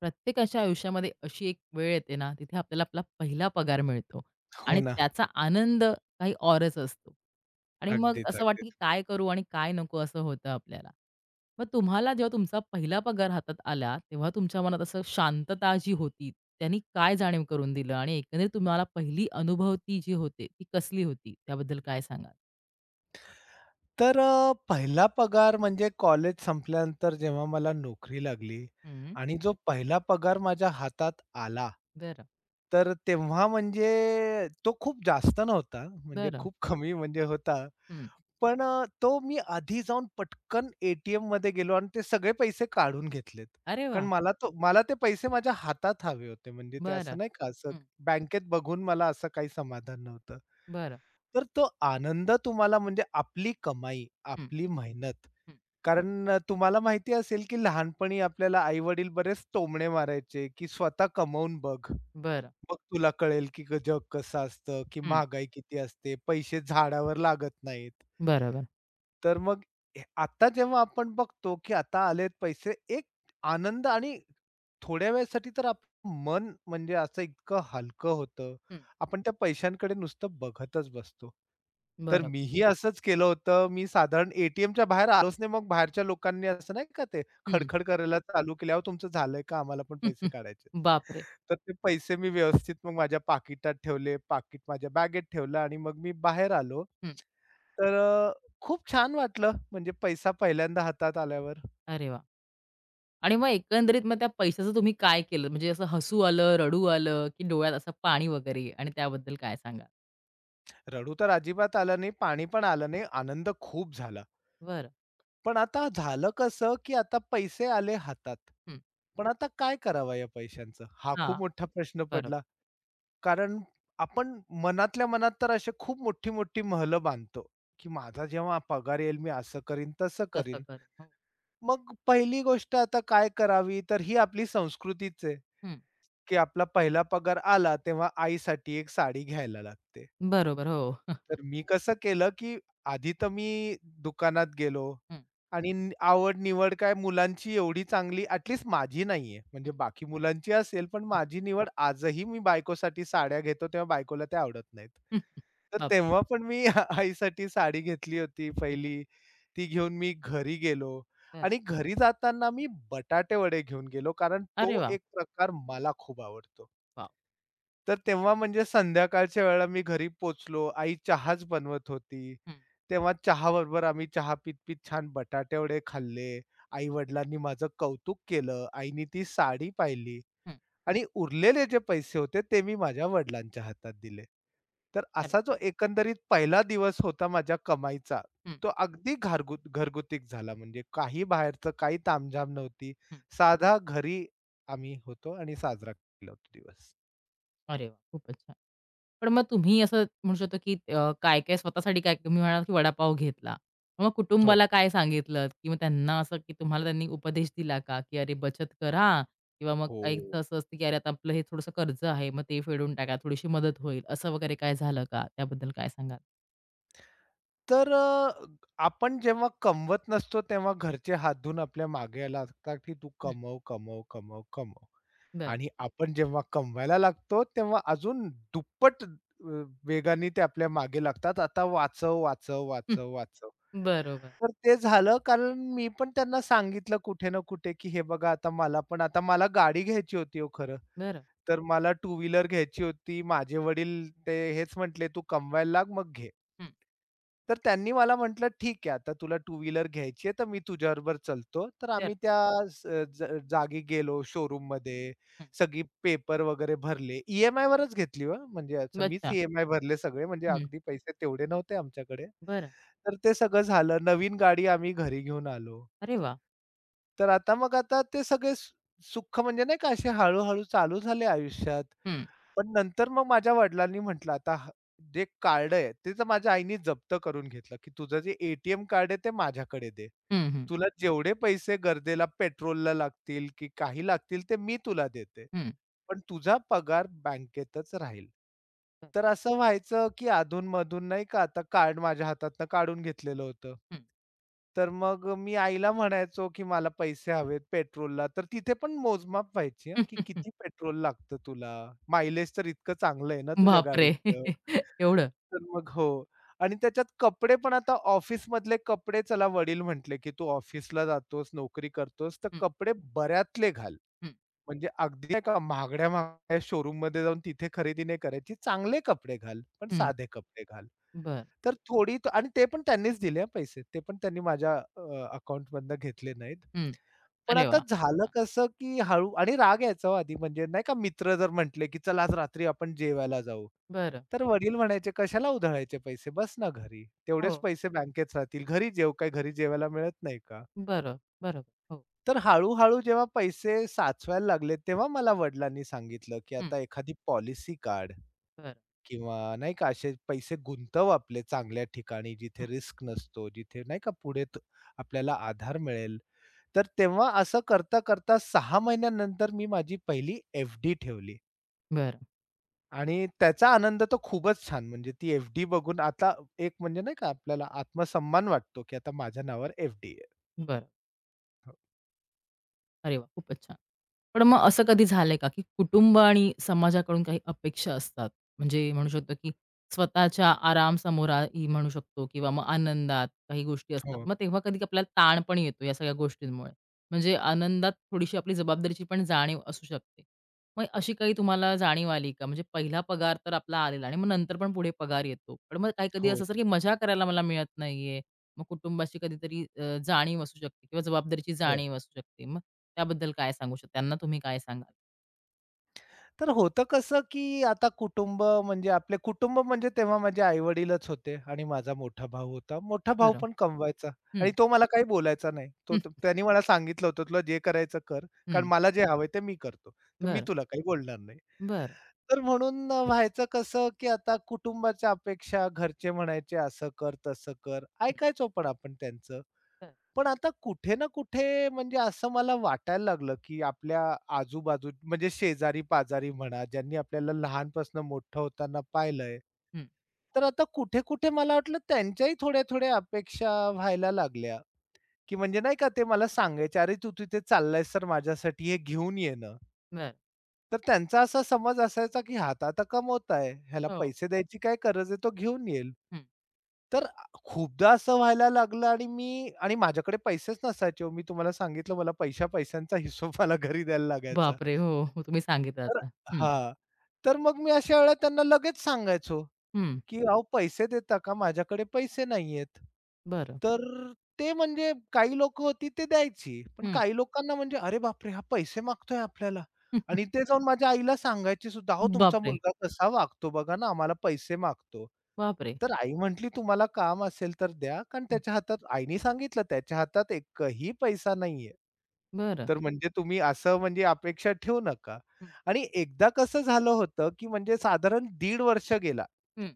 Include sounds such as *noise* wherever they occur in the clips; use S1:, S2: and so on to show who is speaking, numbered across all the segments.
S1: प्रत्येकाच्या आयुष्यामध्ये अशी एक वेळ येते ना, तिथे आपल्याला आपला पहिला पगार मिळतो
S2: हो
S1: आणि
S2: ना.
S1: त्याचा आनंद काही औरच असतो. आणि मग
S2: अगदीच,
S1: असं वाटतं, की
S2: अगदीच.
S1: काय करू आणि काय नको असं होतं आपल्याला. मग तुम्हाला जेव्हा तुमचा पहिला पगार हातात आला, तेव्हा तुमच्या मनात असं शांतता जी होती, त्यांनी काय जाणीव करून दिलं? आणि एकंदरीत तुम्हाला पहिली अनुभवती जी होते, ती कसली होती? त्याबद्दल काय सांगाल?
S2: तर पहिला पगार म्हणजे कॉलेज संपल्यानंतर जेव्हा मला नोकरी लागली
S1: हं.
S2: आणि जो पहिला पगार माझ्या हातात आला,
S1: बरं,
S2: तर तेव्हा म्हणजे तो खूप जास्त नव्हता, म्हणजे
S1: बरं.
S2: खूप कमी म्हणजे होता.
S1: हं.
S2: पण तो मी आधी जाऊन पटकन ए टी गेलो आणि ते सगळे पैसे काढून घेतलेत.
S1: अरे
S2: कारण
S1: वाह!
S2: मला ते पैसे माझ्या हातात हवे होते. म्हणजे ते असं
S1: बरं,
S2: नाही का असं
S1: हं,
S2: बँकेत बघून मला असं काही समाधान नव्हतं.
S1: बरं,
S2: तर तो आनंद तुम्हाला म्हणजे आपली कमाई,
S1: हं,
S2: आपली मेहनत
S1: हं,
S2: कारण तुम्हाला माहिती असेल की लहानपणी आपल्याला आई-वडील बरेच टोमणे मारायचे की "स्वतः कमवून बघ."
S1: बरं,
S2: मग तुला कळेल की ग जग कसं असतं, की
S1: हं.
S2: महागाई किती असते, पैसे झाडावर लागत नाहीत.
S1: बरोबर.
S2: तर मग हे आता जेव्हा आपण बघतो, की आता आलेत पैसे, एक आनंद आणि थोड्या वेळेसाठी तर आपलं मन म्हणजे असं इतकं हलकं होतं. आपण त्या पैशांकडे नुसतं बघतच बसतो. तर
S1: बरं.
S2: मीही असंच केलं होतं. मी साधारण ए बाहेर आलोच नाही. मग बाहेरच्या लोकांनी असं नाही का ते
S1: हं.
S2: खडखड करायला चालू केली, तुमचं झालंय का? आम्हाला पण पैसे
S1: *laughs*
S2: काढायचे."
S1: बापरे!
S2: तर ते पैसे मी व्यवस्थित मग माझ्या पाकिटात ठेवले. पाकीट माझ्या बॅगेत ठेवलं आणि मग मी बाहेर आलो.
S1: हं.
S2: तर खूप छान वाटलं. म्हणजे पैसा पहिल्यांदा हातात आल्यावर.
S1: अरे वाह! आणि मग एकंदरीत मग त्या पैशाचं तुम्ही काय केलं? म्हणजे असं हसू आलं, रडू आलं, की डोळ्यात असं पाणी वगैरे आणि त्याबद्दल काय सांगा.
S2: रडू तर अजिबात आलं नाही, पाणी पण आलं नाही. आनंद खूप झाला.
S1: बरं.
S2: पण आता झालं कसं, की आता पैसे आले हातात.
S1: हं.
S2: पण आता काय करावा या पैशांचं? हा
S1: हां.
S2: खूप मोठा प्रश्न
S1: बरोबर.
S2: पडला. कारण आपण मनातल्या मनात तर अशी खूप मोठी-मोठी महलं बांधतो, की माझा जेव्हा पगार येईल मी असं करीन, तसं
S1: तसं
S2: करीन.
S1: करेल. हो.
S2: मग पहिली गोष्ट आता काय करावी, तर ही आपली संस्कृतीच आहे,
S1: हं.
S2: की आपला पहिला पगार आला तेव्हा आईसाठी एक साडी घ्यायला लागते.
S1: बरोबर. हो. *laughs*
S2: तर मी कसं केलं, की आधी तर मी दुकानात गेलो
S1: हं,
S2: आणि आवड-निवड काय मुलांची एवढी चांगली ॲटलीस्ट माझी नाहीये. म्हणजे
S1: हं,
S2: बाकी मुलांची असेल, पण
S1: हं.
S2: माझी निवड आजही मी बायकोसाठी साड्या घेतो, तेव्हा बायकोला त्या आवडत नाहीत. तर
S1: बापरे!
S2: तेव्हा पण मी आईसाठी साडी घेतली होती
S1: हं.
S2: पहिली. ती घेऊन मी घरी गेलो
S1: बरं.
S2: आणि घरी जाताना मी बटाटे वडे घेऊन गेलो, कारण
S1: अरे
S2: तो
S1: वाह!
S2: एक प्रकार मला खूप आवडतो.
S1: वॉव!
S2: तर तेव्हा म्हणजे संध्याकाळच्या वेळेला मी घरी पोचलो, आई चहाच बनवत होती.
S1: हं,
S2: तेव्हा चहाबरोबर आम्ही चहा पीत-पीत छान बटाटे वडे खाल्ले. आई-वडिलांनी माझं कौतुक केलं. आईनी ती साडी पाहिली.
S1: हं.
S2: आणि उरलेले जे पैसे होते ते मी माझ्या वडिलांच्या हातात दिले. तर
S1: अरे.
S2: असा जो एकंदरीत पहिला दिवस होता माझ्या कमाईचा,
S1: हं,
S2: तो अगदी घरगुतीच झाला. म्हणजे काही बाहेरचं काही तामझाम नव्हती.
S1: हं.
S2: साधा घरी आम्ही होतो आणि साजरा केला होता दिवस.
S1: अरे वाह! खूपच छान. पण मग तुम्ही असं म्हणू शकतो, की काय-काय स्वतःसाठी काय तुम्ही म्हणालात, की वडापाव घेतला. मग
S2: हो,
S1: कुटुंबाला काय सांगितलत? किंवा त्यांना असं, की तुम्हाला त्यांनी उपदेश दिला का, की "अरे बचत करा" किंवा मग काही
S2: हो.
S1: असं असतं, की "अरे आता आपलं हे थोडंसं कर्ज आहे, मग ते फेडून टाका, थोडीशी मदत होईल." असं वगैरे काय झालं का? त्याबद्दल काय सांगाल?
S2: तर आपण जेव्हा कमवत नसतो तेव्हा घरचे हात धुवून आपल्या मागे यायला लागतात की तू
S1: हं,
S2: कमव, कमव, कमव, कमव.
S1: बरं.
S2: आणि आपण जेव्हा कमवायला लागतो तेव्हा अजून दुप्पट वेगाने ते आपल्या मागे लागतात. आता वाचव, वाचव,
S1: हं,
S2: वाचव, वाचव.
S1: बरोबर.
S2: तर ते झालं कारण मी पण त्यांना सांगितलं कुठे ना कुठे की हे बघा आता मला पण आता मला गाडी घ्यायची होती हो खरं.
S1: बरं.
S2: तर मला टू व्हीलर घ्यायची होती. माझे वडील ते हेच म्हटले, "तू कमवायला लाग, मग घे."
S1: हं,
S2: तर त्यांनी मला म्हटलं, "ठीक आहे, आता तुला टू व्हीलर घ्यायची आहे, तर मी तुझ्याबरोबर चलतो." तर
S1: बरं.
S2: आम्ही त्या स ज जागी गेलो शोरूममध्ये. सगळी पेपर वगैरे भरले. ई-एम-आयवरच घेतली हो, म्हणजे
S1: हं,
S2: असं मीच
S1: अच्छा.
S2: ई भरले सगळे, म्हणजे
S1: हं,
S2: अगदी पैसे तेवढे नव्हते आमच्याकडे.
S1: बरं.
S2: तर ते सगळं झालं. नवीन गाडी आम्ही घरी घेऊन आलो.
S1: अरे वाह!
S2: तर आता मग ते सगळे सुख म्हणजे नाही का असे हळू चालू झाले आयुष्यात.
S1: हं,
S2: पण नंतर मग माझ्या वडिलांनी म्हटलं, "आता जे कार्ड आहे, ते तर माझ्या आईनी जप्त करून घेतलं, की तुझं जे ए-टी-एम कार्ड आहे, ते माझ्याकडे दे.
S1: हं, हं,
S2: तुला जेवढे पैसे गरजेला, पेट्रोलला लागतील की काही लागतील, ते मी तुला देते."
S1: हं,
S2: पण तुझा पगार बँकेतच राहील.
S1: बरं.
S2: तर असं व्हायचं, की अधून-मधून नाही का आता कार्ड माझ्या हातातनं काढून घेतलेलं होतं.
S1: हं.
S2: तर मग मी आईला म्हणायचो, की मला पैसे हवेत पेट्रोलला. तर तिथे पण मोजमाप व्हायची हां, की किती
S1: *laughs*
S2: पेट्रोल लागतं तुला? मायलेज तर इतकं चांगलं आहे ना तुझ्या
S1: बापरे!
S2: गाडीचं.
S1: *laughs* एवढं.
S2: तर मग हो. आणि त्याच्यात कपडे पण आता ऑफिसमधले कपडे चला वडील म्हटले, की "तू ऑफिसला जातोस, नोकरी करतोस, तर
S1: हं,
S2: कपडे बऱ्यातले घाल."
S1: हं,
S2: म्हणजे अगदी नाही का महागड्या महागड्या शोरूममध्ये जाऊन तिथे खरेदी नाही करायची. चांगले कपडे घाल, पण
S1: हं.
S2: साधे कपडे घाल.
S1: बर
S2: तर थोडी आणि ते पण त्यांनीच दिले हं पैसे. ते पण त्यांनी माझ्या अकाउंटमधनं घेतले नाहीत.
S1: हं.
S2: पण
S1: अरे
S2: आता
S1: वाह! खूप
S2: झालं
S1: छान.
S2: कसं, की हळू आणि राग यायचा हो आधी म्हणजे नाही का मित्र जर म्हटले, की "चल आज रात्री आपण जेवायला जाऊ."
S1: बरं.
S2: तर वडील म्हणायचे, "कशाला उधळायचे पैसे? बस ना घरी.
S1: हो.
S2: तेवढेच पैसे बँकेत राहतील. घरी जेव. काय घरी जेवायला मिळत नाही का?"
S1: बरं, बरोबर. हो.
S2: तर हळू-हळू जेव्हा पैसे साचवायला लागले, तेव्हा मला वडिलांनी सांगितलं, की
S1: हं.
S2: आता एखादी पॉलिसी काढ
S1: बरं.
S2: किंवा नाही का असे पैसे गुंतव आपले चांगल्या ठिकाणी, जिथे
S1: हं.
S2: रिस्क नसतो, जिथे नाही का पुढे त आपल्याला आधार मिळेल. तर तेव्हा असं करता-करता सहा महिन्यानंतर मी माझी पहिली एफ-डी ठेवली
S1: बरं,
S2: आणि त्याचा आनंद तर खूपच छान. म्हणजे ती एफ-डी बघून आता एक म्हणजे नाही का आपल्याला आत्मसन्मान वाटतो, की आता माझ्या नावावर एफ-डी आहे.
S1: बरं. अरे वाह! खूपच छान. पण मग असं कधी झालंय का, की कुटुंब आणि समाजाकडून काही अपेक्षा असतात? म्हणजे म्हणू शकतो, की स्वतःच्या आराम समोराही म्हणू शकतो किंवा मग आनंदात काही गोष्टी असतात.
S2: हो,
S1: मग तेव्हा कधी आपल्याला ताण पण येतो या सगळ्या गोष्टींमुळे. म्हणजे आनंदात थोडीशी आपली जबाबदारीची पण जाणीव असू शकते. मग अशी काही तुम्हाला जाणीव आली का? म्हणजे पहिला पगार तर आपला आलेला आणि मग नंतर पण पुढे पगार येतो. पण मग काही कधी
S2: हो,
S1: असं असेल, की मजा करायला मला मिळत नाहीये, मग कुटुंबाची कधीतरी जाणीव असू शकते किंवा जबाबदारीची
S2: हो.
S1: जाणीव असू शकते. मग त्याबद्दल काय सांगू शकता? त्यांना तुम्ही काय सांगाल?
S2: तर होतं कसं, की आता कुटुंब म्हणजे आपले कुटुंब म्हणजे तेव्हा माझे आई-वडीलच होते आणि माझा मोठा भाऊ होता. मोठा भाऊ
S1: बरं.
S2: पण कमवायचा आणि
S1: हं,
S2: तो मला काही बोलायचा नाही. तो
S1: हं,
S2: तो त्यानी मला सांगितलं होतं, "तुला जे करायचं कर, कारण
S1: हं.
S2: मला जे हवंय ते मी करतो. तर मी
S1: बरं,
S2: तुला काही बोलणार नाही."
S1: बरं.
S2: तर म्हणून व्हायचं कसं, की आता कुटुंबाच्या अपेक्षा घरचे म्हणायचे, "असं कर, तसं कर."
S1: हं,
S2: ऐकायचो पण आपण त्यांचं.
S1: बरं.
S2: पण आता कुठे ना कुठे म्हणजे असं मला वाटायला लागलं, की आपल्या आजूबाजू म्हणजे शेजारी-पाजारी म्हणा, ज्यांनी आपल्याला लहानपासनं मोठं होताना पाहिलंय.
S1: हं,
S2: तर आता कुठे-कुठे मला वाटलं त्यांच्याही थोड्या-थोड्या अपेक्षा व्हायला लागल्या, की म्हणजे नाही का ते मला सांगायचे, "अरे, तू तिथे चाललायस तर माझ्यासाठी हे घेऊन ये ना."
S1: बरं.
S2: तर त्यांचा असा समज असायचा, की हा तर आता कमवत आहे, ह्याला
S1: हो.
S2: पैसे द्यायची काय गरज आहे, तो घेऊन येईल.
S1: हं.
S2: तर खूपदा असं व्हायला लागलं आणि मी आणि माझ्याकडे पैसेच नसायचे हो. मी तुम्हाला सांगितलं पैशा-पैशांचा हिशोब मला घरी द्यायला लागायचा.
S1: बापरे! हो, हो. तुम्ही सांगितलं
S2: तर
S1: आता. हं,
S2: हां. तर मग मी अशा वेळेला त्यांना लगेच सांगायचो,
S1: हं.
S2: की "अहो पैसे देता का? माझ्याकडे पैसे नाहीयेत."
S1: बरं.
S2: तर ते म्हणजे काही लोक होती ते द्यायची. पण
S1: हं.
S2: काही लोकांना म्हणजे "अरे बापरे! हा पैसे मागतोय आपल्याला."
S1: *laughs*
S2: आणि ते जाऊन माझ्या आईला सांगायची सुद्धा, "अहो तुमचा
S1: बापरे!
S2: मुलगा कसा वागतो बघा ना, आम्हाला पैसे मागतो."
S1: बापरे!
S2: तर आई म्हटली, "तुम्हाला काम असेल तर द्या." कारण
S1: हं.
S2: त्याच्या हातात आईने सांगितलं त्याच्या हातात एकही पैसा नाहीये.
S1: बरं.
S2: तर म्हणजे तुम्ही असं म्हणजे अपेक्षा ठेवू नका.
S1: हं,
S2: आणि एकदा कसं झालं होतं, की म्हणजे साधारण दीड वर्ष गेला.
S1: हं.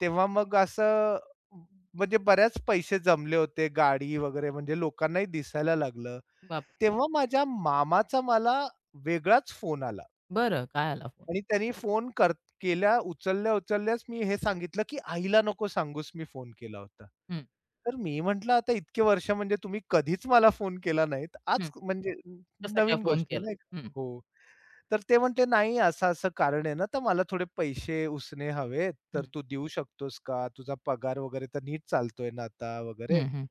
S2: तेव्हा मग असं म्हणजे बऱ्याच पैसे जमले होते, गाडी वगैरे म्हणजे लोकांनाही दिसायला लागलं.
S1: बापरे!
S2: तेव्हा माझ्या मामाचा मला वेगळाच फोन आला.
S1: बरं. काय आला फोन?
S2: आणि त्यांनी फोन कर केला उचलल्या-उचलल्याच मी हे सांगितलं, की "आईला नको सांगूस मी फोन केला होता."
S1: हं,
S2: तर मी म्हटलं, "आता इतके वर्ष म्हणजे तुम्ही कधीच मला फोन केला नाहीत. आज
S1: हं.
S2: म्हणजे
S1: कसा काय
S2: नवीन
S1: फोन
S2: गोष्ट आहे
S1: केला?
S2: नाही का?"
S1: हं,
S2: हो. तर ते म्हटले, "नाही असं-असं कारण आहे ना, तर मला थोडे पैसे उसने हवेत,
S1: हं,
S2: तर तू देऊ शकतोस का? तुझा पगार वगैरे तर नीट चालतोय ना आता वगैरे."
S1: हं, हं,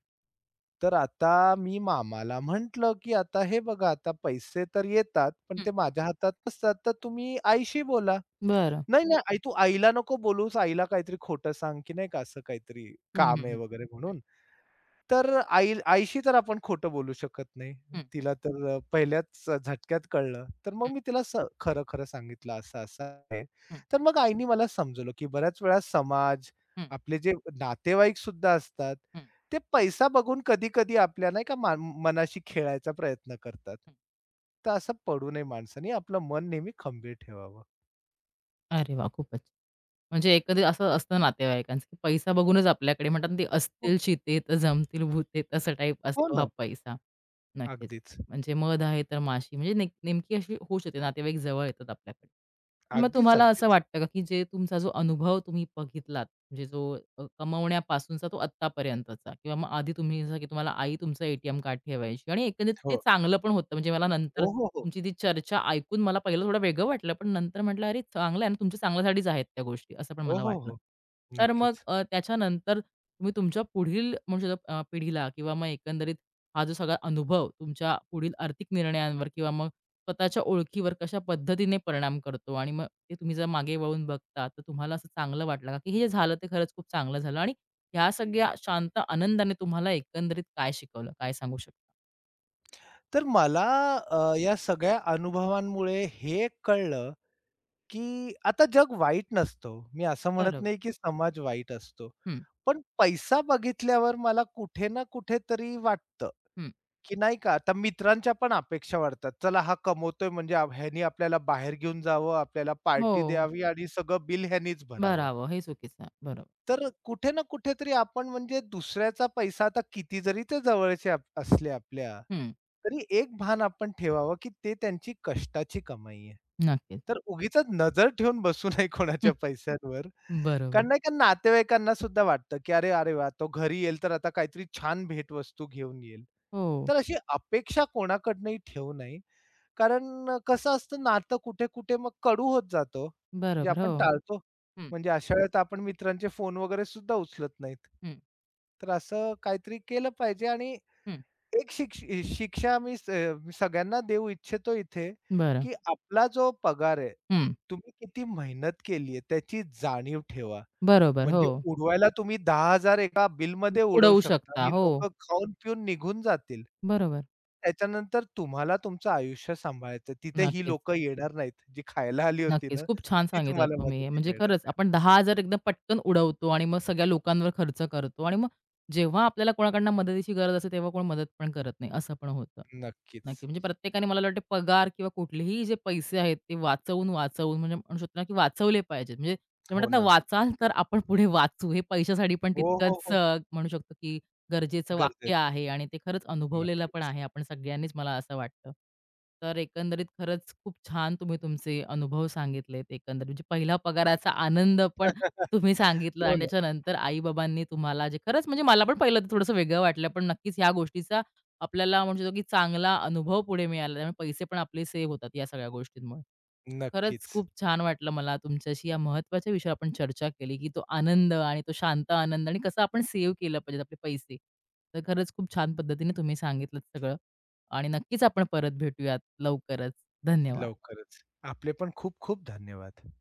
S2: तर आता मी मामाला म्हटलं, की "आता हे बघा आता पैसे तर येतात, पण
S1: हं.
S2: ते माझ्या हातात नसतात, तर तुम्ही आईशी बोला."
S1: बरं.
S2: नाही, नाही. आई, "तू आईला नको बोलूस, आईला काहीतरी खोटं सांग, की नाही का असं काहीतरी
S1: हं, हं,
S2: काम आहे
S1: हं.
S2: वगैरे" म्हणून. तर आईशी तर आपण खोटं बोलू शकत नाही.
S1: हं,
S2: तिला तर पहिल्याच झटक्यात कळलं. तर मग
S1: हं,
S2: मी तिला खरं-खरं सांगितलं, "असं-असं आहे."
S1: हं,
S2: तर मग आईनी मला समजवलं, की बऱ्याच वेळा समाज,
S1: हं,
S2: आपले जे नातेवाईक सुद्धा असतात,
S1: हं.
S2: ते पैसा बघून कधी-कधी आपल्या नाही का मान मनाशी खेळायचा प्रयत्न करतात. तर असं पडू नये माणसाने. आपलं मन नेहमी खंबीर ठेवावं.
S1: अरे वाह! खूपच. म्हणजे एकंदरीत असं असतं नातेवाईकांचं, की पैसा बघूनच आपल्याकडे म्हणतात ना, ते
S2: हो,
S1: असतील चिते तर जमतील भुते, तसं टाईप
S2: हो
S1: असतो हा
S2: ना.
S1: पैसा. नक्कीच.
S2: अगदीच.
S1: म्हणजे मध आहे तर माशी म्हणजे नेमकी अशी होऊ शकते नातेवाईक जवळ येतात आपल्याकडे. मग
S2: अगदीच,
S1: तुम्हाला असं
S2: अगदीच.
S1: वाटतं का, की जे तुमचा जो अनुभव तुम्ही बघितलात, म्हणजे जो कमवण्यापासूनचा तो आत्तापर्यंतचा किंवा मग आधी तुम्ही जसं की तुम्हाला आई तुमचं एटीएम कार्ड ठेवायची आणि एकंदरीत ते
S2: हो.
S1: चांगलं पण होतं. म्हणजे मला नंतर
S2: हो, हो, हो.
S1: तुमची ती चर्चा ऐकून मला पहिलं थोडं वेगळं वाटलं, पण नंतर म्हटलं, "अरे चांगलं आहे ना, तुमच्या चांगल्यासाठीच आहेत त्या गोष्टी," असं पण
S2: हो,
S1: मला
S2: हो,
S1: वाटलं.
S2: हो.
S1: तर मग
S2: नक्कीच.
S1: त्याच्यानंतर तुम्ही तुमच्या पुढील म्हणू पिढीला किंवा मग एकंदरीत हा जो सगळा अनुभव तुमच्या पुढील आर्थिक निर्णयांवर किंवा मग स्वतःच्या ओळखीवर कशा पद्धतीने परिणाम करतो आणि मग ते तुम्ही जर मागे वळून बघता, तर तुम्हाला असं चांगलं वाटलं का, की हे जे झालं ते खरंच खूप चांगलं झालं आणि ह्या सगळ्या शांत आनंदाने तुम्हाला एकंदरीत काय शिकवलं? काय सांगू शकता?
S2: तर मला या सगळ्या अनुभवांमुळे हे कळलं, की आता जग वाईट नसतं हो. मी असं म्हणत
S1: बरोबर.
S2: नाही, की समाज वाईट असतो.
S1: हं,
S2: पण पैसा बघितल्यावर मला कुठे ना कुठेतरी वाटतं,
S1: हं.
S2: की नाही का आता मित्रांच्या पण अपेक्षा वाढतात. चला हा कमवतोय म्हणजे ह्यानी आपल्याला बाहेर घेऊन जावं, आपल्याला पार्टी
S1: हो.
S2: द्यावी आणि सगळं बिल ह्यानीच भरावं.
S1: भरावं हे चुकीचं आहे. बरोबर.
S2: तर कुठे ना कुठेतरी आपण म्हणजे दुसऱ्याचा पैसा आता किती जरी ते जवळचे असले आपल्या,
S1: हं.
S2: तरी एक भान आपण ठेवावं, की ते त्यांची कष्टाची कमाई आहे.
S1: नक्कीच.
S2: तर उगीचच नजर ठेवून बसू नये
S1: हं.
S2: कोणाच्या पैशांवर.
S1: बरोबर.
S2: कारण नाही का नातेवाईकांना सुद्धा वाटतं, की "अरे, अरे वाह! तो घरी येईल तर आता काहीतरी छान भेटवस्तू घेऊन येईल."
S1: हो.
S2: तर अशी अपेक्षा कोणाकडनंही ठेवू नये. कारण कसं असतं नातं कुठे-कुठे मग कडू होत जातो, ओ. म्हणजे
S1: बरोबर.
S2: आपण
S1: हो.
S2: टाळतो.
S1: हं,
S2: म्हणजे अशा वेळेत आपण मित्रांचे फोन वगैरे सुद्धा उचलत नाहीत.
S1: हं,
S2: तर असं काहीतरी केलं पाहिजे आणि
S1: हं.
S2: एक शिक्ष शिक्षा मी सगळ्यांना देऊ इच्छितो इथे,
S1: बरं.
S2: की आपला जो पगार आहे,
S1: हं.
S2: तुम्ही किती मेहनत केली आहे त्याची जाणीव ठेवा.
S1: बरोबर. हो.
S2: म्हणजे उडवायला तुम्ही 10,000 एका बिलमध्ये उडवू
S1: उडवू
S2: शकता
S1: शकता.
S2: आणि
S1: हो.
S2: लोकं खाऊन-पिऊन निघून जातील.
S1: बरोबर.
S2: त्याच्यानंतर तुम्हाला तुमचं आयुष्य सांभाळायचं. तिथे ही
S1: नक्कीच.
S2: लोकं येणार नाहीत, जी खायला आली होती
S1: नक्कीच.
S2: ना,
S1: खूप छान
S2: ती
S1: सांगितलात
S2: तुम्हाला
S1: तुम्ही. हे.
S2: मदतीला
S1: म्हणजे
S2: येणार
S1: खरंच
S2: नाहीत.
S1: आपण 10,000 एकदम पटकन उडवतो आणि मग सगळ्या लोकांवर खर्च करतो आणि मग जेव्हा आपल्याला कोणाकडनं मदतीची गरज असते, तेव्हा कोण मदत पण करत नाही, असं पण होतं.
S2: नक्कीच.
S1: नक्की. म्हणजे प्रत्येकाने मला वाटतं पगार किंवा कुठलेही जे पैसे आहेत, ते वाचवून, वाचवून म्हणजे म्हणू शकतो ना, की वाचवले पाहिजेत. म्हणजे ते
S2: हो
S1: म्हणतात ना,
S2: ना.
S1: वाचाल तर आपण पुढे वाचू. हे पैशासाठी पण
S2: हो, हो,
S1: तितकंच
S2: हो.
S1: म्हणू शकतो, की गरजेचं वाक्य
S2: गरजेचं आहे.
S1: आहे आणि ते खरंच अनुभवलेलं पण
S2: नक्कीच.
S1: आहे आपण सगळ्यांनीच मला असं वाटतं. तर एकंदरीत खरंच खूप छान तुम्ही तुमचे अनुभव सांगितलेत. एकंदरीत म्हणजे पहिला पगाराचा आनंद पण तुम्ही
S2: *laughs*
S1: सांगितलं
S2: हो
S1: आणि
S2: ना.
S1: त्याच्यानंतर आई-बाबांनी तुम्हाला जे खरंच म्हणजे मला पण पहिलं तर थोडंसं वेगळं वाटलं. पण नक्कीच ह्या गोष्टीचा आपल्याला म्हणू शकतो की चांगला अनुभव पुढे मिळाला. त्यामुळे पैसे पण आपले सेव्ह होतात या सगळ्या गोष्टींमुळे. खरंच
S2: नक्कीच.
S1: खूप छान वाटलं मला तुमच्याशी या महत्त्वाच्या विषयावर आपण चर्चा केली, की तो आनंद आणि तो शांत आनंद आणि कसा आपण सेव्ह केलं पाहिजे आपले पैसे. तर खरंच खूप छान पद्धतीने तुम्ही सांगितलंत सगळं आणि नक्कीच आपण परत भेटूयात लवकरच. धन्यवाद.
S2: लवकरच. आपले पण खूप खूप धन्यवाद.